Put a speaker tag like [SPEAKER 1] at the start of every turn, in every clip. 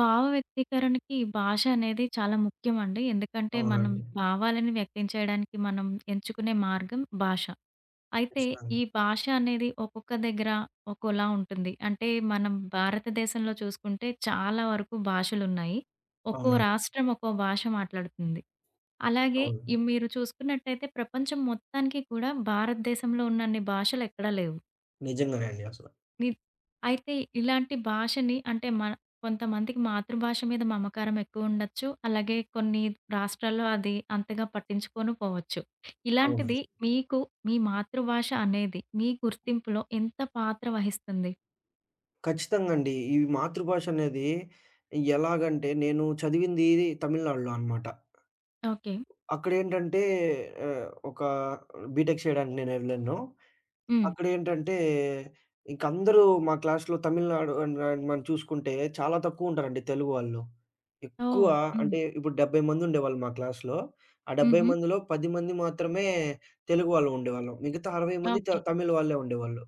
[SPEAKER 1] భావ వ్యక్తీకరణకి భాష అనేది చాలా ముఖ్యమండి. ఎందుకంటే మనం
[SPEAKER 2] అవునండి.
[SPEAKER 1] భావాలను వ్యక్తం చేయడానికి మనం ఎంచుకునే మార్గం భాష. అయితే
[SPEAKER 2] ఖచ్చితంగా.
[SPEAKER 1] ఈ భాష అనేది ఒక్కొక్క దగ్గర ఒక్కోలా ఉంటుంది. అంటే మనం భారతదేశంలో చూసుకుంటే చాలా వరకు భాషలున్నాయి. ఒక్కో
[SPEAKER 2] అవునండి.
[SPEAKER 1] రాష్ట్రం ఒక్కో భాష మాట్లాడుతుంది. అలాగే
[SPEAKER 2] అవును.
[SPEAKER 1] ఈ మీరు చూసుకున్నట్టయితే ప్రపంచం మొత్తానికి కూడా భారతదేశంలో ఉన్నన్ని భాషలు ఎక్కడా లేవు.
[SPEAKER 2] నిజంగానే అండి అసల.
[SPEAKER 1] ని అయితే ఇలాంటి భాషని అంటే మన కొంతమందికి మాతృభాష మీద మమకారం ఎక్కువుండొచ్చు. అలాగే కొన్ని రాష్ట్రాల్లో అది అంతగా పట్టించుకోను పోవచ్చు.
[SPEAKER 2] అవును.
[SPEAKER 1] ఇలాంటిది మీకు మీ మాతృభాష అనేది మీ గుర్తింపులో ఎంత పాత్ర వహిస్తుంది?
[SPEAKER 2] ఖచ్చితంగా అండి. ఈ మాతృభాష అనేది ఎలాగంటే నేను చదివింది తమిళనాడులో అనమాట.
[SPEAKER 1] ఓకే.
[SPEAKER 2] అక్కడేంటంటే ఒక బీటెక్ చేయడానికి నేను వెళ్ళాను.
[SPEAKER 1] హ్మ్.
[SPEAKER 2] అక్కడేంటంటే, ఇంకందరూ మా క్లాస్‌లో తమిళనాడు అండ్ అండ్ మనం చూసుకుంటే చాలా తక్కువుంటారండి తెలుగు వాళ్ళు. ఎక్కువ
[SPEAKER 1] ఓహ్! హ్మ్.
[SPEAKER 2] అంటే ఇప్పుడు 70 మందుండేవాళ్ళు మా క్లాస్‌లో. ఆ 70
[SPEAKER 1] హుహు.
[SPEAKER 2] మందిలో 10 మంది మాత్రమే తెలుగు వాళ్ళు ఉండేవాళ్ళం. మిగతా 60 మంది త
[SPEAKER 1] ఓకే.
[SPEAKER 2] తమిళ్ వాళ్ళే ఉండేవాళ్ళు.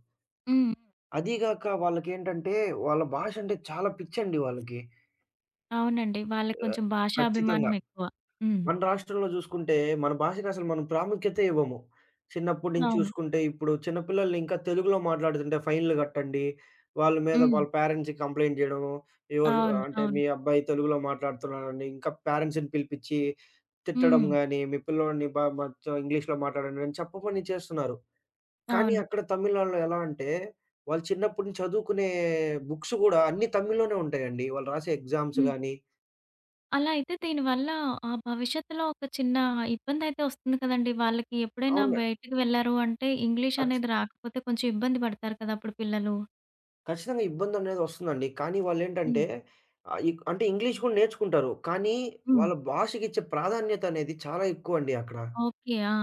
[SPEAKER 1] హ్మ్.
[SPEAKER 2] అదీ గాక వాళ్ళకేంటంటే వాళ్ళ భాష అంటే చాలా పిచ్చండి వాళ్ళకి.
[SPEAKER 1] అవునండి. వాళ్ళకి
[SPEAKER 2] ఆహ్,
[SPEAKER 1] కొంచెం
[SPEAKER 2] ఖచ్చితంగా.
[SPEAKER 1] భాషాభిమానం ఎక్కువ. హ్మ్.
[SPEAKER 2] మన రాష్ట్రంలో జూసుకుంటే, మన భాషకి అసలు మనం ప్రాముఖ్యతే ఇవ్వము. చిన్నప్పటి నుంచి
[SPEAKER 1] అవును.
[SPEAKER 2] చూసుకుంటే, ఇప్పుడు చిన్న పిల్లల్ని ఇంకా తెలుగులో మాట్లాడుతుంటే ఫైన్‌లు గట్టండి. వాళ్ళ మీద
[SPEAKER 1] హ్మ్.
[SPEAKER 2] వాళ్ళ పేరెంట్స్‌కి కంప్లెయింట్ జేయడము. ఎవరు
[SPEAKER 1] అవును.
[SPEAKER 2] అంటే,
[SPEAKER 1] అవును.
[SPEAKER 2] "మీ అబ్బాయి తెలుగులో మాట్లాడుతున్నాడని" ఇంకా పేరెంట్స్‌ని పిలిపిచ్చి తిట్టడం
[SPEAKER 1] హ్మ్.
[SPEAKER 2] గాని, "మీ పిల్లోడిని బా కొంచెం ఇంగ్లీష్‌లో మాట్లాడండి" అని చెప్పపని చేస్తున్నారు. కానీ
[SPEAKER 1] అవును.
[SPEAKER 2] అక్కడ తమిళనాడులో ఎలా అంటే, వాళ్ళు చిన్నప్పుడు నుంచి చదువుకునే బుక్స్ గూడా అన్నీ తమిళ్‌లోనే ఉంటాయండి. వాళ్ళు రాసే ఎగ్జామ్స్
[SPEAKER 1] హ్మ్.
[SPEAKER 2] గాని
[SPEAKER 1] అలా అయితే దీనివల్ల ఆ భవిష్యత్తులో ఒక చిన్న ఇబ్బందయితే ఒస్తుంది కదండీ! వాళ్ళకి ఎప్పుడైనా
[SPEAKER 2] అవును.
[SPEAKER 1] బయటికి వెళ్లారు అంటే, ఇంగ్లీష్
[SPEAKER 2] ఖచ్
[SPEAKER 1] అనేది రాకపోతే కొంచెం ఇబ్బంది పడతారు కదా! అప్పుడు పిల్లలు.
[SPEAKER 2] ఖచ్చితంగా ఇబ్బందనేది వస్తుందండి. కానీ వాళ్ళేంటంటే
[SPEAKER 1] హ్మ్.
[SPEAKER 2] అంటే ఇంగ్లీష్ కూడా నేర్చుకుంటారు. కానీ
[SPEAKER 1] హ్మ్.
[SPEAKER 2] వాళ్ళ భాషకిచ్చే ప్రాధాన్యతనేది చాలా ఎక్కువండి అక్కడ.
[SPEAKER 1] ఓకే. ఆ!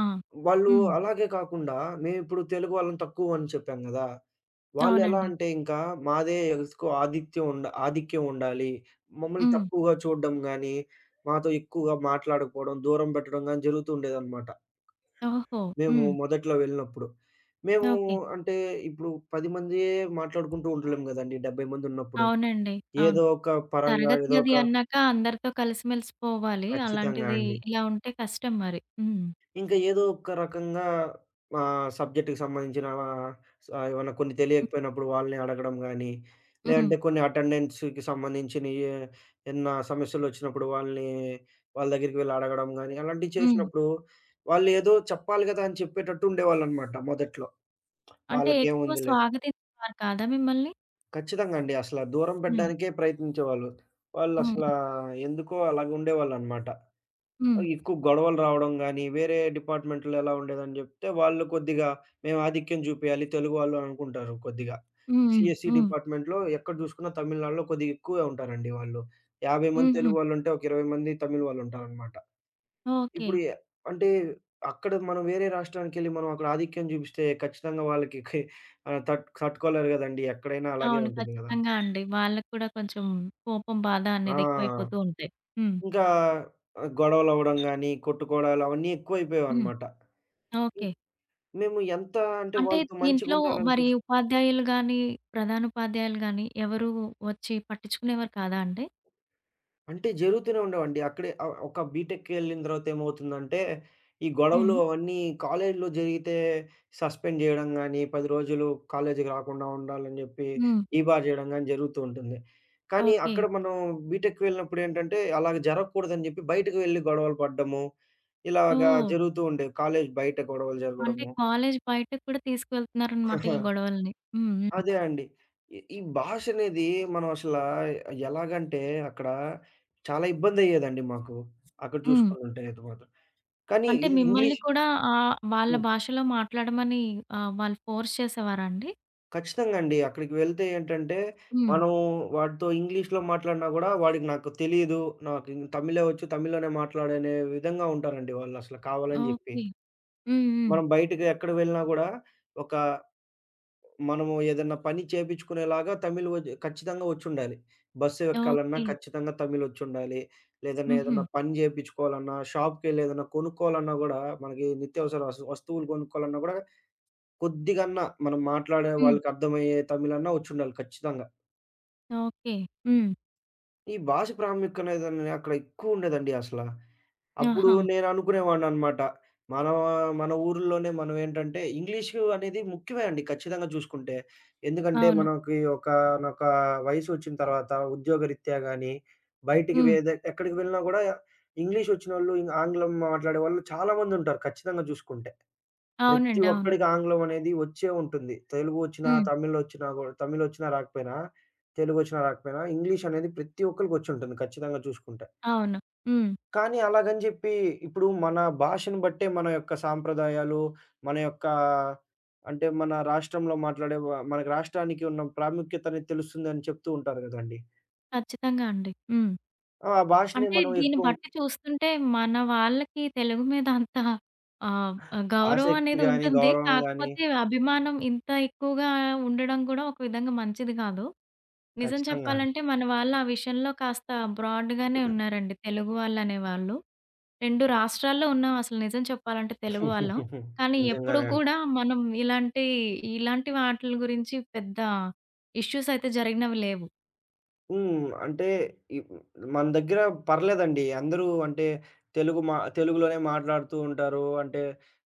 [SPEAKER 1] ఆ! ఆ!
[SPEAKER 2] వాళ్ళు
[SPEAKER 1] హ్మ్.
[SPEAKER 2] అలాగే కాకుండా మేమిప్పుడు తెలుగు వాళ్ళం తక్కువని చెప్పాం గదా! వాళ్ళెలా
[SPEAKER 1] అవునండి.
[SPEAKER 2] అంటే ఇంకా మాదే ఎగస్కో ఆధిత్యం ఉండ ఆధిక్యం ఉండాలి. మమ్మల్ని
[SPEAKER 1] హ్మ్.
[SPEAKER 2] తక్కువగా చూడడం గానీ, మాతో ఎక్కువగా మాట్లాడకపోవడం, దూరం పెట్టడం గానీ జరుగుతూ ఉండేదనమాట.
[SPEAKER 1] ఓహో!
[SPEAKER 2] మేము
[SPEAKER 1] హ్మ్.
[SPEAKER 2] మొదట్లో వెళ్ళినప్పుడు. మేము
[SPEAKER 1] ఓకే.
[SPEAKER 2] అంటే ఇప్పుడు 10 మందియే మాట్లాడుకుంటూ ఉండలేం గదండీ! 70 మందున్నప్పుడు.
[SPEAKER 1] అవునండి. అవును.
[SPEAKER 2] ఏదో ఒక పరంగా
[SPEAKER 1] తరగతి
[SPEAKER 2] ఏదో
[SPEAKER 1] గది
[SPEAKER 2] ఒక
[SPEAKER 1] అన్నాక అందరితో కలిసిమెలిసిపోవాలి.
[SPEAKER 2] ఖచ్చితంగా
[SPEAKER 1] అలాంటిది
[SPEAKER 2] అండి.
[SPEAKER 1] ఇలా ఉంటే కష్టం మరి. హ్మ్.
[SPEAKER 2] ఇంకా ఏదో ఒక రకంగా సబ్జెక్ట్‌కి సంబంధించిన స ఏమన్నా కొన్ని తెలియకపోయినప్పుడు వాళ్ళని అడగడం గానీ,
[SPEAKER 1] హ్మ్.
[SPEAKER 2] లేదంటే కొన్ని అటెండెన్స్‌కి సంబంధించినయి ఏమన్నా సమస్యలొచ్చినప్పుడు వాళ్ళని వాళ్ళ దగ్గరికి వెళ్లి అడగడం గానీ, అలాంటివి
[SPEAKER 1] హ్మ్.
[SPEAKER 2] చేసినప్పుడు వాళ్ళు ఏదో చెప్పాలి గదా! అని చెప్పేటట్టు ఉండేవాళ్ళనమాట మొదట్లో.
[SPEAKER 1] అంటే ఎక్కువ
[SPEAKER 2] వాళ్ళకేముందిలే
[SPEAKER 1] స్వాగతించేవారు కాదా మిమ్మల్ని?
[SPEAKER 2] ఖచ్చితంగా అండి. అసల దూరం
[SPEAKER 1] హ్మ్.
[SPEAKER 2] పెట్టడానికే ప్రయత్నించేవాళ్ళు.
[SPEAKER 1] హ్మ్.
[SPEAKER 2] వాళ్ళసలా ఎందుకో అలాగుండేవాళ్ళనమాట.
[SPEAKER 1] హ్మ్.
[SPEAKER 2] ఎక్కువ గొడవలు రావడం గానీ, వేరే డిపార్ట్‌మెంట్‌లో ఎలా ఉండేదని జెప్తే, వాళ్ళు కొద్దిగా మేము ఆధిక్యం జూపియాలి తెలుగు వాళ్ళు అనుకుంటారు కొద్దిగా.
[SPEAKER 1] హ్మ్. హ్మ్.
[SPEAKER 2] సీఎస్ఈ
[SPEAKER 1] హ్మ్.
[SPEAKER 2] డిపార్ట్‌మెంట్‌లో ఎక్కడ జూసుకున్నా తమిళనాడులో కొద్దిగా ఎక్కువే ఉంటారండి వాళ్ళు. 50 మంది
[SPEAKER 1] హుహు.
[SPEAKER 2] తెలుగు వాళ్ళుంటే, ఒక 20 మంది తమిళ్ వాళ్ళుంటారనమాట.
[SPEAKER 1] ఓకే.
[SPEAKER 2] ఇప్పుడు ఎ అంటే అక్కడ మనం వేరే రాష్ట్రానికెళ్ళి మనం అక్కడ ఆధిక్యం జూపిస్తే ఖచ్చితంగా వాళ్ళకి కి తట్టుకోలేరు గదండీ! ఎక్కడైనా అలాగే
[SPEAKER 1] అవును.
[SPEAKER 2] ఉంటుంది గదా!
[SPEAKER 1] ఖచ్చితంగా అండి. వాళ్ళకి కూడా కొంచెం కోపం, బాధ అనేది ఎక్కువైపోతూ
[SPEAKER 2] ఆ!
[SPEAKER 1] ఉంటాయి. హ్మ్.
[SPEAKER 2] ఇంకా గొడవలవ్వడం గానీ, కొట్టుకోవడాలు అవన్నీ
[SPEAKER 1] హ్మ్.
[SPEAKER 2] ఎక్కువైపోయావనమాట.
[SPEAKER 1] ఓకే.
[SPEAKER 2] మేము ఎంత అంటే
[SPEAKER 1] అంటే
[SPEAKER 2] వాళ్ళతో
[SPEAKER 1] దీంట్లో
[SPEAKER 2] మంచిగుండాలని
[SPEAKER 1] మరి
[SPEAKER 2] చూస్
[SPEAKER 1] ఉపాధ్యాయులు గాని, ప్రధానోపాధ్యాయులు గాని ఎవరు వచ్చి పట్టించుకునేవారు కాదా అండి?
[SPEAKER 2] అంటే జరుగుతూనే ఉండేవండి. అక్కడే ఒక బీటెక్‌కి వెళ్ళిన తర్వాత ఏమవుతుందంటే, ఈ గొడవలు
[SPEAKER 1] హ్మ్.
[SPEAKER 2] అవన్నీ కాలేజీలో జరిగితే సస్పెండ్ చేయడం గానీ, 10 రోజులు కాలేజీకి రాకుండా ఉండాలని జెప్పి
[SPEAKER 1] హ్మ్.
[SPEAKER 2] డీబార్ చేయడం గానీ జరుగుతూ ఉంటుంది. కానీ
[SPEAKER 1] ఓకే.
[SPEAKER 2] అక్కడ మనం బీటెక్‌కి వెళ్ళినప్పుడు ఏంటంటే, అలాగ జరగకూడదని జెప్పి బయటకి వెళ్లి గొడవలు పడ్డము, ఇలాగా
[SPEAKER 1] ఓహ్!
[SPEAKER 2] జరుగుతూ ఉండేవి. కాలేజీ బయట గొడవలు
[SPEAKER 1] అంటే
[SPEAKER 2] జరగడము.
[SPEAKER 1] కాలేజ్ బయటకి కూడా తీసుకువెళ్తున్నారనమాట ఈ గొడవల్ని. హ్మ్. హ్మ్.
[SPEAKER 2] అదే అండి. ఈ ఈ భాషనేది మనం అసలా ఎలాగంటే అక్కడ చాలా ఇబ్బందయ్యేదండి మాకు. అక్కడ
[SPEAKER 1] హ్మ్.
[SPEAKER 2] చూసుకొనుంటే అయితే మాత్రం. కానీ
[SPEAKER 1] అంటే
[SPEAKER 2] ఇది
[SPEAKER 1] మిమ్మల్ని
[SPEAKER 2] ఇంగ్లీష్
[SPEAKER 1] కూడా వాళ్ళ
[SPEAKER 2] హ్మ్.
[SPEAKER 1] భాషలో మాట్లాడమని వాళ్ళు ఫోర్స్ చేసేవారా అండి?
[SPEAKER 2] ఖచ్చితంగా అండి. అక్కడికి వెళ్తే ఏంటంటే
[SPEAKER 1] హ్మ్.
[SPEAKER 2] మనం వాడితో ఇంగ్లీష్‌లో మాట్లాడినా గూడా వాడికి నాకు తెలీదు. నాకు తమిళే వచ్చు. తమిళ్‌లోనే మాట్లాడనే విధంగా ఉంటారండి వాళ్ళసల కావాలని జెప్పి.
[SPEAKER 1] ఓకే. హ్మ్. హ్మ్.
[SPEAKER 2] మనం బయటకి ఎక్కడికి వెళ్ళినా గూడా ఒక మనము ఏదన్నా పని చేపించుకునేలాగా తమిళ్ ఖచ్చితంగా ఒచ్చుండాలి. Bus ఎక్కాలన్నా
[SPEAKER 1] okay.
[SPEAKER 2] ఖచ్చితంగా తమిళ్ ఒచ్చుండాలి. లేదన్నా
[SPEAKER 1] హుహు.
[SPEAKER 2] ఏదన్నా పని చేపించుకోవాలన్నా, షాప్‌కెళ్ళి ఏదన్నా కొనుక్కోవాలన్నా గూడా మనకి నిత్యావసర వస్తువులు కొనుక్కోవాలన్నా గూడా కొద్దిగన్నా మనం మాట్లాడే
[SPEAKER 1] హ్మ్.
[SPEAKER 2] వాళ్ళకర్థమయ్యే తమిళన్నా ఒచ్చుండాలి ఖచ్చితంగా.
[SPEAKER 1] ఓకే. హ్మ్.
[SPEAKER 2] ఈ భాష ప్రాముఖ్యత అనేది అక్కడ ఎక్కువుండేదండి అసల. అప్పుడు
[SPEAKER 1] ఆహా!
[SPEAKER 2] నేననుకునేవాడిననమాట. మన మన ఊర్లోనే మనం ఏంటంటే ఇంగ్లీషు అనేది ముఖ్యమే అండి ఖచ్చితంగా చూసుకుంటే. ఎందుకంటే
[SPEAKER 1] అవును.
[SPEAKER 2] మనకి ఒకానొక వయసొచ్చిన తర్వాత ఉద్యోగరీత్యా గానీ, బయటికి
[SPEAKER 1] హ్మ్.
[SPEAKER 2] ఎక్కడికి వెళ్ళినా గూడా ఇంగ్లీషొచ్చినోళ్ళు, ఆంగ్లం మాట్లాడేవాళ్ళు చాలా మందుంటారు ఖచ్చితంగా చూసుకుంటే. ప్రతి
[SPEAKER 1] అవునండి. అవును.
[SPEAKER 2] ఒక్కడికి ఆంగ్లం అనేది వచ్చే ఉంటుంది. తెలుగొచ్చినా,
[SPEAKER 1] హ్మ్.
[SPEAKER 2] తమిళొచ్చినా గూడా తమిళొచ్చినా రాకపోయినా, తెలుగొచ్చినా రాకపోయినా ఇంగ్లీష్ అనేది ప్రతి ఒక్కళ్ళకొచ్చుంటుంది ఖచ్చితంగా చూసుకుంటే.
[SPEAKER 1] అవును. హ్మ్.
[SPEAKER 2] కానీ అలాగని జెప్పి, ఇప్పుడు మన భాషను బట్టే మన యొక్క సాంప్రదాయాలు, మన యొక్క అంటే మన రాష్ట్రంలో మాట్లాడే వ మన రాష్ట్రానికి ఉన్న ప్రాముఖ్యత అనేది తెలుస్తుందని చెప్తూ ఉంటారు గదండీ.
[SPEAKER 1] ఖచ్చితంగా అండి. హ్మ్.
[SPEAKER 2] ఆ! ఆ భాషని
[SPEAKER 1] అంటే
[SPEAKER 2] మనం
[SPEAKER 1] దీన్ని
[SPEAKER 2] ఎక్కువ
[SPEAKER 1] బట్టి చూస్తుంటే మన వాళ్ళకి తెలుగు మీద అంత ఆహ్, గౌరవం
[SPEAKER 2] ఆసక్తి
[SPEAKER 1] అనేది
[SPEAKER 2] గాని,
[SPEAKER 1] ఉంటుంది.
[SPEAKER 2] గౌరవం గాని
[SPEAKER 1] కాకపోతే అభిమానం ఇంత ఎక్కువగా ఉండడం కూడా ఒక విధంగా మంచిది కాదు. నిజం
[SPEAKER 2] ఖచ్చితంగా అండి.
[SPEAKER 1] చెప్పాలంటే మన వాళ్ళు ఆ విషయంలో కాస్త బ్రాడ్‌గానే ఉన్నారండి తెలుగు వాళ్ళనేవాళ్ళు. 2 రాష్ట్రాల్లో ఉన్నాం అసలు నిజం చెప్పాలంటే తెలుగు వాళ్ళం. కానీ ఎప్పుడు
[SPEAKER 2] నిజంగానే అండి.
[SPEAKER 1] కూడా మనం ఇలాంటి, ఇలాంటి వాటిల గురించి పెద్ద ఇష్యూస్ అయితే జరిగినవి లేవు.
[SPEAKER 2] హ్మ్. అంటే ఇప్ మన దగ్గర పర్లేదండి. అందరూ అంటే తెలుగు మా తెలుగులోనే మాట్లాడుతూ ఉంటారు. అంటే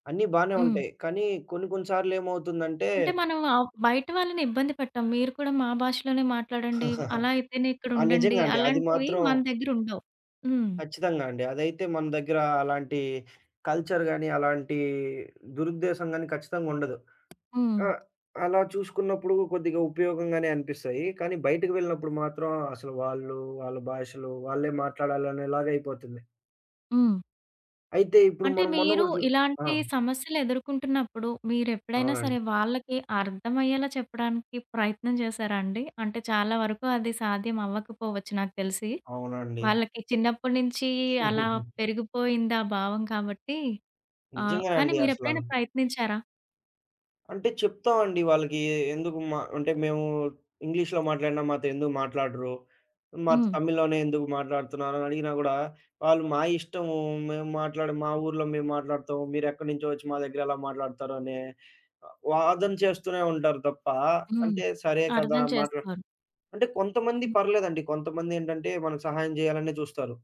[SPEAKER 2] అన్నీ బానే
[SPEAKER 1] హ్మ్.
[SPEAKER 2] ఉంటాయి. కానీ కొన్ని కొన్ని సార్లు ఏమవుతుందంటే
[SPEAKER 1] అంటే మనం బయట వాళ్ళని ఇబ్బంది పెట్టం. మీరు కూడా మా భాషలోనే మాట్లాడండి. అలా అయితేనే ఇక్కడ
[SPEAKER 2] ఆ!
[SPEAKER 1] ఉండండి.
[SPEAKER 2] నిజంగా అండి. అది
[SPEAKER 1] అలాంటివి
[SPEAKER 2] మాత్రం
[SPEAKER 1] మన దగ్గర ఉండవు. హ్మ్.
[SPEAKER 2] ఖచ్చితంగా అండి. అదైతే మన దగ్గర అలాంటి కల్చర్ గాని, అలాంటి దురుద్దేశం గాని ఖచ్చితంగా ఉండదు.
[SPEAKER 1] హ్మ్.
[SPEAKER 2] ఆ! అలా చూసుకున్నప్పుడు కొద్దిగా ఉపయోగంగానే అనిపిస్తాయి. కానీ బయటకి వెళ్ళినప్పుడు మాత్రం అసలు వాళ్ళు, వాళ్ళ భాషలు వాళ్ళే మాట్లాడాలనేలాగా అయిపోతుంది.
[SPEAKER 1] హ్మ్.
[SPEAKER 2] అయితే ఇప్పుడు
[SPEAKER 1] అంటే
[SPEAKER 2] మనం మొన్న
[SPEAKER 1] మీరు
[SPEAKER 2] కూడా చూ ఆ!
[SPEAKER 1] ఇలాంటి సమస్యలు ఎదుర్కొంటున్నప్పుడు మీరెప్పుడైనా
[SPEAKER 2] అవునండి.
[SPEAKER 1] సరే వాళ్ళకి అర్థమయ్యేలా చెప్పడానికి ప్రయత్నం చేశారా అండి? అంటే చాలా వరకు అది సాధ్యం అవ్వకపోవచ్చు నాకు తెలిసి.
[SPEAKER 2] అవునండి.
[SPEAKER 1] వాళ్ళకి చిన్నప్పటి నుంచి అలా పెరిగిపోయింది ఆ భావం కాబట్టి.
[SPEAKER 2] నిజంగా
[SPEAKER 1] కానీ
[SPEAKER 2] అండి అసల.
[SPEAKER 1] మీరెప్పుడైనా ప్రయత్నించారా?
[SPEAKER 2] అంటే చెప్తామండి వాళ్ళకి. ఎందుకు మా అంటే మేము ఇంగ్లీష్‌లో మాట్లాడినా మాతో ఎందుకు మాట్లాడరు? మాతో
[SPEAKER 1] హ్మ్.
[SPEAKER 2] తమిళ్‌లోనే ఎందుకు మాట్లాడుతున్నారు? అని అడిగినా గూడా, వాళ్ళు మా ఇష్టము. మేము మాట్లాడే మా ఊర్లో మేము మాట్లాడతాము. మీరెక్కడి నుంచో వచ్చి మా దగ్గర ఎలా మాట్లాడతారు అనే వాదన చేస్తూనే ఉంటారు తప్ప,
[SPEAKER 1] హ్మ్.
[SPEAKER 2] అంటే సరే కదా!
[SPEAKER 1] అర్థం
[SPEAKER 2] మాట్లా
[SPEAKER 1] చేసుకోరు.
[SPEAKER 2] అంటే కొంతమంది
[SPEAKER 1] హ్మ్.
[SPEAKER 2] పర్లేదండి. కొంతమంది ఏంటంటే మనకు సహాయం చేయాలనే చూస్తారు.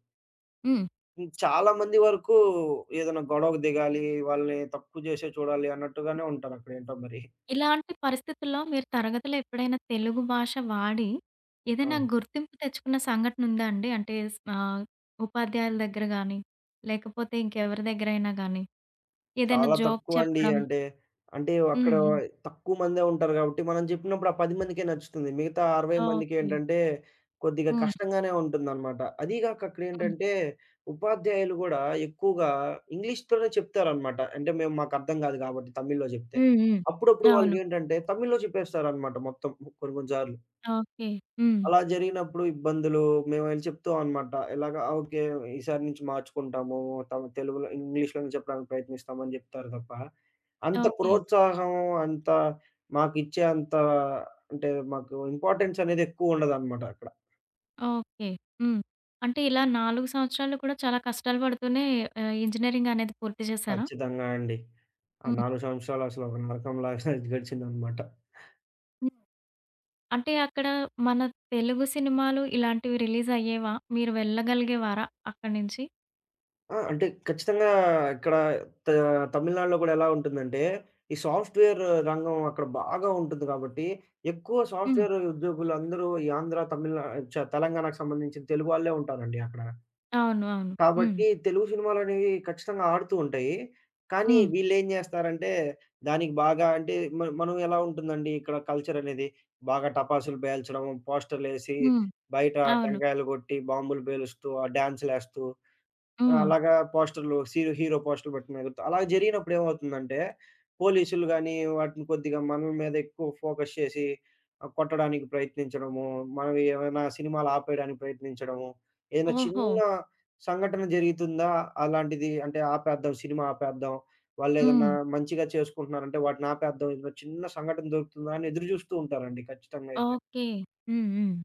[SPEAKER 1] హ్మ్.
[SPEAKER 2] హ్మ్. చాలా మంది వరకు ఏదైనా గొడవకు దిగాలి, వాళ్ళని తక్కువ చేసే చూడాలి అన్నట్టుగానే ఉంటారక్కడ ఏంటో మరి.
[SPEAKER 1] ఇలాంటి పరిస్థితుల్లో మీరు తరగతిలో ఎప్పుడైనా తెలుగు భాష వాడి,
[SPEAKER 2] ఆ!
[SPEAKER 1] ఏదైనా గుర్తింపు తెచ్చుకున్న సంఘటనుందా అండి? ఉపాధ్యాయుల దగ్గర గానీ, లేకపోతే ఇంకెవరి దగ్గరైనా గానీ, ఏదైనా
[SPEAKER 2] చాలా
[SPEAKER 1] జోక్
[SPEAKER 2] తక్కువండి.
[SPEAKER 1] చెప్పడం.
[SPEAKER 2] అంటే, అంటే అక్కడ
[SPEAKER 1] హ్మ్. హ్మ్.
[SPEAKER 2] తక్కువ మందే ఉంటారు గాబట్టి, మనం జెప్పినప్పుడు ఆ 10 మందికే నచ్చుతుంది. మిగతా 60
[SPEAKER 1] ఓకే.
[SPEAKER 2] మందికేంటంటే, కొద్దిగా
[SPEAKER 1] హ్మ్.
[SPEAKER 2] కష్టంగానే ఉంటుందనమాట. అదీ గాక
[SPEAKER 1] హ్మ్.
[SPEAKER 2] అక్కడేంటంటే, ఉపాధ్యాయులు గూడా ఎక్కువగా ఇంగ్లీష్‌లోనే చెప్తారనమాట. అంటే, మేము మాకర్థం గాదు గాబట్టి తమిళ్‌లో జెప్తే.
[SPEAKER 1] హ్మ్. హ్మ్.
[SPEAKER 2] అప్పుడప్పుడు
[SPEAKER 1] అవును.
[SPEAKER 2] వాళ్ళకేంటంటే, తమిళ్‌లో చెప్పేస్తారనమాట మొత్తం కొన్ని కొన్ని సార్లు.
[SPEAKER 1] ఓకే. హ్మ్.
[SPEAKER 2] అలా జరిగినప్పుడు ఇబ్బందులు మేము వెళ్ళి చెప్తాం అనమాట. ఇలాగ "ఆ, ఓకే. ఈసారి నుంచి మార్చుకుంటాము. తమ తెలుగులో ఇంగ్లీష్‌లోనే చెప్పడానికి ప్రయత్నిస్తామని చెప్తారు తప్ప, అంత
[SPEAKER 1] ఓకే.
[SPEAKER 2] ప్రోత్సాహం అంత మాకిచ్చే అంత అంటే మాకు ఇంపార్టెన్స్ అనేది ఎక్కువుండదనమాట అక్కడ.
[SPEAKER 1] ఓకే. హ్మ్. అంటే ఇలా 4 సంవత్సరాలు కూడా చాలా కష్టాలు పడుతూనే ఇంజినీరింగ్ అనేది పూర్తి చేశారా?
[SPEAKER 2] ఖచ్చితంగా అండి. ఆ
[SPEAKER 1] హ్మ్.
[SPEAKER 2] 4 సంవత్సరాలు అసలు ఒక నరకంలాగా గడిచిందనమాట.
[SPEAKER 1] అంటే అక్కడ మన తెలుగు సినిమాలు ఇలాంటివి రిలీజ్ అయ్యేవా? మీరు వెళ్ళగలిగేవారా అక్కడి నుంచి?
[SPEAKER 2] ఆ! అంటే ఖచ్చితంగా ఇక్కడ త తమిళనాడులో గూడా ఎలా ఉంటుందంటే, ఈ సాఫ్ట్‌వేర్ రంగం అక్కడ బాగా ఉంటుంది కాబట్టి, ఎక్కువ
[SPEAKER 1] హ్మ్.
[SPEAKER 2] సాఫ్ట్‌వేర్ ఉద్యోగులందరూ ఈ ఆంధ్ర, తమిళనా చ తెలంగాణకు సంబంధించిన తెలుగు వాళ్ళే ఉంటారండి అక్కడ.
[SPEAKER 1] అవును. అవును. హ్మ్.
[SPEAKER 2] కాబట్టి తెలుగు సినిమాలనేవి ఖచ్చితంగా ఆడుతూ ఉంటాయి. కానీ
[SPEAKER 1] హ్మ్.
[SPEAKER 2] వీళ్ళేం జేస్తారంటే, దానికి బాగా అంటే మ మనం ఎలా ఉంటుందండి ఇక్కడ కల్చర్ అనేది, బాగా టపాసులు పేల్చడం, పోస్టర్‌లేసి,
[SPEAKER 1] హ్మ్.
[SPEAKER 2] బయట
[SPEAKER 1] అవును.
[SPEAKER 2] టెంకాయలు గొట్టి, బాంబులు పేలుస్తూ, ఆ డాన్సులేస్తూ ఆ!
[SPEAKER 1] హ్మ్.
[SPEAKER 2] అలాగా పోస్టర్‌లు సీరో హీరో పోస్టర్‌లు పట్టుకుని ఎగురుతా అలా జరిగినప్పుడు ఏమవుతుందంటే, పోలీసులు గాని, వాటిని కొద్దిగా మన మీద ఎక్కువ ఫోకస్ చేసి కొట్టడానికి ప్రయత్నించడము, మనవి ఏమైనా సినిమాలు ఆపేయడానికి ప్రయత్నించడము, ఏదైనా
[SPEAKER 1] ఓహో!
[SPEAKER 2] చిన్న సంఘటన జరుగుతుందా అలాంటిది అంటే ఆపేద్దాం, సినిమా ఆపేద్దాం. వాళ్ళేదన్నా
[SPEAKER 1] హ్మ్.
[SPEAKER 2] మంచిగా చేసుకుంటున్నారంటే వాటిని ఆపేద్దాం. ఏదైనా చిన్న సంఘటన దొరుకుతుందా అని ఎదురు చూస్తూ ఉంటారండి ఖచ్చితంగా అయితే.
[SPEAKER 1] ఓకే. హ్మ్. హ్మ్.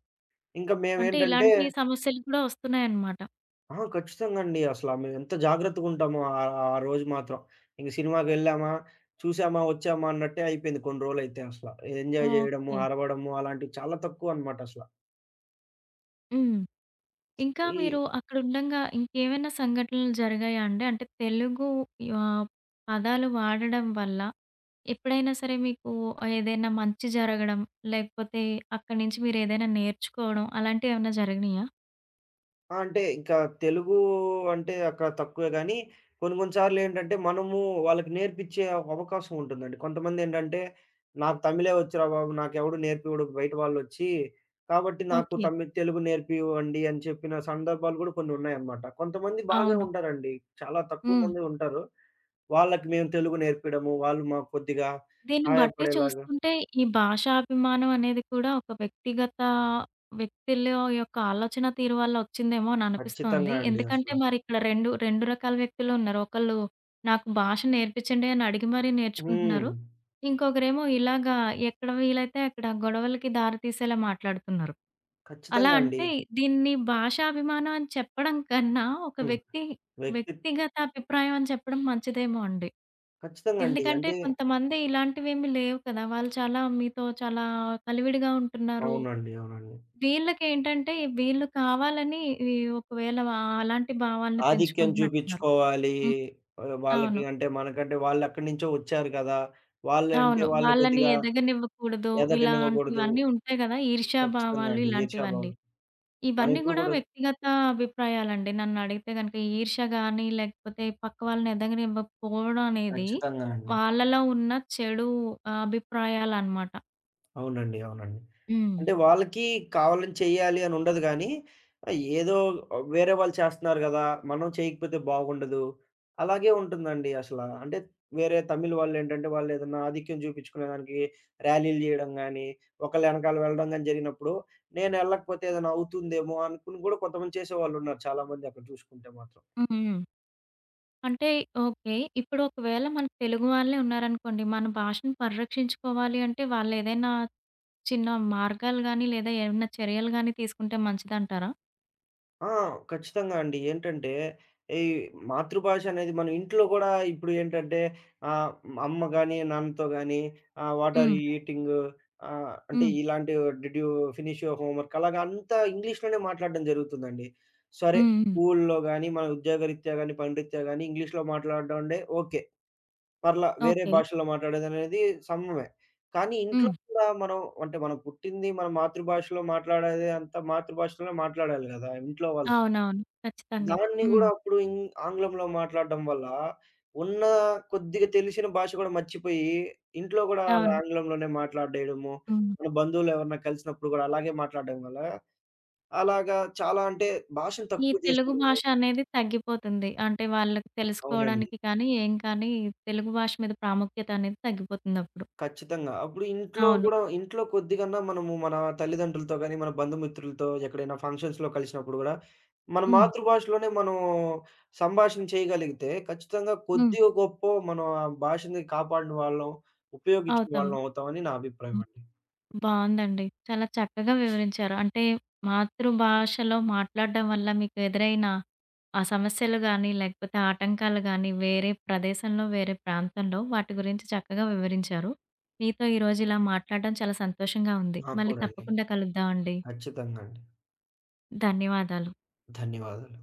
[SPEAKER 2] ఇంకా
[SPEAKER 1] అంటే
[SPEAKER 2] మేమేంటంటే
[SPEAKER 1] ఇలాంటి సమస్యలు కూడా వస్తున్నాయన్నమాట.
[SPEAKER 2] ఆ! ఖచ్చితంగా అండి. అసల మేమెంత జాగ్రత్తగుంటామో ఆ రోజు మాత్రం. ఇంక సినిమాకెళ్ళామా, చూసామా, వచ్చామా అన్నట్టే అయిపోయింది కొన్ని రోజులైతే అసల. Enjoy జేయడము,
[SPEAKER 1] okay.
[SPEAKER 2] అరవడము అలాంటివి చాలా తక్కువనమాట అసల.
[SPEAKER 1] హ్మ్. ఇంకా
[SPEAKER 2] ఈ
[SPEAKER 1] మీరు అక్కడుండంగా ఇంకేమైనా సంఘటనలు జరిగాయా అండి? అంటే తెలుగు ఆహ్, పదాలు వాడడం వల్ల ఎప్పుడైనా సరే మీకు ఏదైనా మంచి జరగడం, లేకపోతే అక్కడి నుంచి మీరేదైనా నేర్చుకోవడం అలాంటివేమన్నా జరిగినియా?
[SPEAKER 2] ఆ! అంటే ఇంకా తెలుగు అంటే అక్కడ తక్కువే గానీ, కొన్ని కొన్ని సార్లేంటంటే మనము వాళ్ళకి నేర్పిచ్చే అవకాశం ఉంటుందండి. కొంతమందేంటంటే, "నాకు తమిళే వచ్చురా బాబు! నాకెవడు నేర్పివ్వడు బయట వాళ్ళొచ్చి. కాబట్టి నాకు
[SPEAKER 1] ఓకే.
[SPEAKER 2] తెలుగు నేర్పివ్వండి" అని చెప్పిన సందర్భాలు గూడా కొన్నున్నాయన్నమాట. కొంతమంది బాగా
[SPEAKER 1] అవును.
[SPEAKER 2] ఉంటారండి. చాలా తక్కువ
[SPEAKER 1] హ్మ్.
[SPEAKER 2] మందే ఉంటారు. వాళ్ళకి మేము తెలుగు నేర్పియడము, వాళ్ళు మాకు కొద్దిగా
[SPEAKER 1] దీన్ని బట్టి
[SPEAKER 2] సహాయపడేలాగా
[SPEAKER 1] చూస్తుంటే ఈ భాషాభిమానం అనేది కూడా ఒక వ్యక్తిగత వ్యక్తుల యొక్క ఆలోచన తీరు వల్ల వచ్చిందేమో అని అనిపిస్తోంది.
[SPEAKER 2] ఖచ్చితంగా అండి అసల.
[SPEAKER 1] ఎందుకంటే మరి ఇక్కడ 2 రకాల వ్యక్తులు ఉన్నారు. ఒకళ్ళు నాకు భాష నేర్పించండి అని అడిగి మరీ
[SPEAKER 2] హ్మ్.
[SPEAKER 1] నేర్చుకుంటున్నారు. ఇంకొకరేమో ఇలాగా ఎక్కడ వీలైతే అక్కడ గొడవలకి దారి తీసేలా మాట్లాడుతున్నారు. అలా
[SPEAKER 2] ఖచ్చితంగా అండి.
[SPEAKER 1] అంటే దీన్ని భాషాభిమానం అని చెప్పడం కన్నా ఒక
[SPEAKER 2] హ్మ్.
[SPEAKER 1] వ్యక్తి
[SPEAKER 2] వ్యక్తి
[SPEAKER 1] వ్యక్తిగత అభిప్రాయం అని చెప్పడం మంచిదేమో అండి.
[SPEAKER 2] ఖచ్చితంగా అండి.
[SPEAKER 1] ఎందుకంటే
[SPEAKER 2] అంటే
[SPEAKER 1] కొంతమంది ఇలాంటివేమి లేవు కదా! వాళ్ళు చాలా మీతో చాలా కలివిడిగా ఉంటున్నారు.
[SPEAKER 2] అవునండి. అవునండి.
[SPEAKER 1] వీళ్ళకేంటంటే వీళ్ళు కావాలని ఈ ఒకవేళ వ అలాంటి భావాలను
[SPEAKER 2] ఆధిక్యం
[SPEAKER 1] పెంచుకుంటున్నట్టున్నారు.
[SPEAKER 2] చూపిచ్చుకోవాలి.
[SPEAKER 1] హ్మ్.
[SPEAKER 2] వాళ్ళకి
[SPEAKER 1] అవును.
[SPEAKER 2] అంటే మనకంటే వాళ్ళెక్కడి నుంచో వచ్చారు కదా! వాళ్ళంటే
[SPEAKER 1] అవును.
[SPEAKER 2] వాళ్ళు
[SPEAKER 1] వాళ్ళని
[SPEAKER 2] కొద్దిగా
[SPEAKER 1] ఎదగనివ్వకూడదు.
[SPEAKER 2] ఎదగనివ్వకూడదు.
[SPEAKER 1] ఇలాంటివన్నీ ఉంటాయి గదా!
[SPEAKER 2] ఖచ్చితంగా
[SPEAKER 1] ఈర్ష్యాభావాలు
[SPEAKER 2] అండి.
[SPEAKER 1] ఇలాంటివన్నీ.
[SPEAKER 2] ఈర్ష్యాభావం. మనం
[SPEAKER 1] ఇవన్నీ
[SPEAKER 2] ఇప్పుడు
[SPEAKER 1] గూడా
[SPEAKER 2] గూడా
[SPEAKER 1] వ్యక్తిగత అభిప్రాయాలండి. నన్నడిగితే గనక ఈర్ష్య గాని, లేకపోతే పక్క వాళ్ళని ఎదగనివ్వకపోవడం అనేది
[SPEAKER 2] ఖచ్చితంగా అండి.
[SPEAKER 1] వాళ్ళలో ఉన్న చెడు అభిప్రాయాలనమాట.
[SPEAKER 2] అవునండి. అవునండి.
[SPEAKER 1] హ్మ్.
[SPEAKER 2] అంటే వాళ్ళకి కావాలని చేయాలి అని ఉండదు గానీ, ఏదో వేరే వాళ్ళు చేస్తున్నారు గదా! మనం చేయకపోతే బాగుండదు. అలాగే ఉంటుందండి అసల. అంటే వేరే తమిళ్ వాళ్ళేంటంటే వాళ్ళేదన్నా ఆధిక్యం చూపించుకునేదానికి ర్యాలీలు జేయడం గానీ, ఒకళ్ళ ఎనకాల వెళ్ళడం గానీ జరిగినప్పుడు, నేను ఎళ్ళకపోతే ఏదైనా అవుతుందేమో అనుకుని గూడా కొంతమంది చేసేవాళ్ళున్నారు చాలా మంది అక్కడ చూసుకుంటే మాత్రం.
[SPEAKER 1] హ్మ్. హ్మ్. అంటే ఓకే. ఇప్పుడు ఒకవేళ మన తెలుగు వాళ్ళే ఉన్నారనుకోండి, మన భాషను పరిరక్షించుకోవాలి అంటే వాళ్ళేదైనా చిన్న మార్గాలు గాని, లేదా ఏమన్నా చర్యలు గాని తీసుకుంటే మంచిదంటారా?
[SPEAKER 2] ఆ! ఖచ్చితంగా అండి. ఏంటంటే, ఈ మాతృభాష అనేది మనం ఇంట్లో గూడా ఇప్పుడు ఏంటంటే ఆహ్, అమ్మ గాని, నాన్నతో గాని what are
[SPEAKER 1] hmm.
[SPEAKER 2] You eating? అంటే
[SPEAKER 1] హ్మ్.
[SPEAKER 2] ఇలాంటి did you finish your homework? అలాగా అంతా ఇంగ్లీష్‌లోనే మాట్లాడడం జరుగుతుందండి. సరే,
[SPEAKER 1] హ్మ్. హ్మ్.
[SPEAKER 2] స్కూల్లో గాని, మన ఉద్యోగరీత్యా గాని, పనిరీత్యా గాని ఇంగ్లీష్‌లో మాట్లాడడం అంటే ఓకే. పర్లా వేరే
[SPEAKER 1] ఓకే.
[SPEAKER 2] భాషలో మాట్లాడేదనేది సమమే. కానీ ఇంట్లో
[SPEAKER 1] హ్మ్.
[SPEAKER 2] కూడా మనం అంటే మనం పుట్టింది మన మాతృభాషలో మాట్లాడేది అంతా మాతృభాషలోనే మాట్లాడాలి గదా! ఇంట్లో వాళ్ళతో.
[SPEAKER 1] అవునవును. ఖచ్చితంగా.
[SPEAKER 2] దాన్ని గూడా
[SPEAKER 1] హ్మ్.
[SPEAKER 2] అప్పుడు ఆంగ్లంలో మాట్లాడడం వల్ల, ఉన్న కొద్దిగా తెలిసిన భాష గూడా మర్చిపోయి, ఇంట్లో గూడా
[SPEAKER 1] అవును.
[SPEAKER 2] ఆంగ్లంలోనే మాట్లాడేయడము,
[SPEAKER 1] హ్మ్.
[SPEAKER 2] మన బంధువులు ఎవరన్నా కలిసినప్పుడు గూడా అలాగే మాట్లాడడం వల్ల, అలాగా చాలా అంటే భాషను
[SPEAKER 1] ఈ
[SPEAKER 2] తక్కువ
[SPEAKER 1] తెలుగు
[SPEAKER 2] చేసేయడము
[SPEAKER 1] భాష అనేది తగ్గిపోతుంది. అంటే వాళ్ళకి
[SPEAKER 2] అవునండి.
[SPEAKER 1] తెలుసుకోవడానికి కానీ, ఏం కానీ తెలుగు భాష మీద ప్రాముఖ్యత అనేది తగ్గిపోతుందప్పుడు.
[SPEAKER 2] ఖచ్చితంగా. అప్పుడు ఇంట్లో
[SPEAKER 1] అవును.
[SPEAKER 2] గూడా ఇంట్లో కొద్దిగన్నా మనము మన తల్లిదండ్రులతో గాని, మన బంధుమిత్రులతో ఎక్కడైనా ఫంక్షన్స్‌లో కలిసినప్పుడు గూడా, మన
[SPEAKER 1] హ్మ్.
[SPEAKER 2] మాతృభాషలోనే మనం సంభాషణ చేయగలిగితే, ఖచ్చితంగా
[SPEAKER 1] హ్మ్.
[SPEAKER 2] కొద్దిగో గొప్పో మనం ఆ భాషని కాపాడిన వాళ్ళం, ఉపయోగించిన
[SPEAKER 1] అవుతాము.
[SPEAKER 2] వాళ్ళం అవుతామని నా అభిప్రాయం
[SPEAKER 1] హ్మ్.
[SPEAKER 2] అండి.
[SPEAKER 1] బావుందండి. చాలా చక్కగా వివరించారు. అంటే మాతృభాషలో మాట్లాడడం వల్ల మీకు ఎదురైన ఆ సమస్యలు గాని, లేకపోతే ఆటంకాలు గాని, వేరే ప్రదేశంలో, వేరే ప్రాంతంలో వాటి గురించి చక్కగా వివరించారు. మీతో ఈరోజు ఇలా మాట్లాడడం చాలా సంతోషంగా ఉంది.
[SPEAKER 2] నాకు
[SPEAKER 1] మళ్ళీ
[SPEAKER 2] కూడా అండి.
[SPEAKER 1] తప్పకుండా కలుద్దామండి.
[SPEAKER 2] ఖచ్చితంగా అండి.
[SPEAKER 1] ధన్యవాదాలు.
[SPEAKER 2] ధన్యవాదాలు.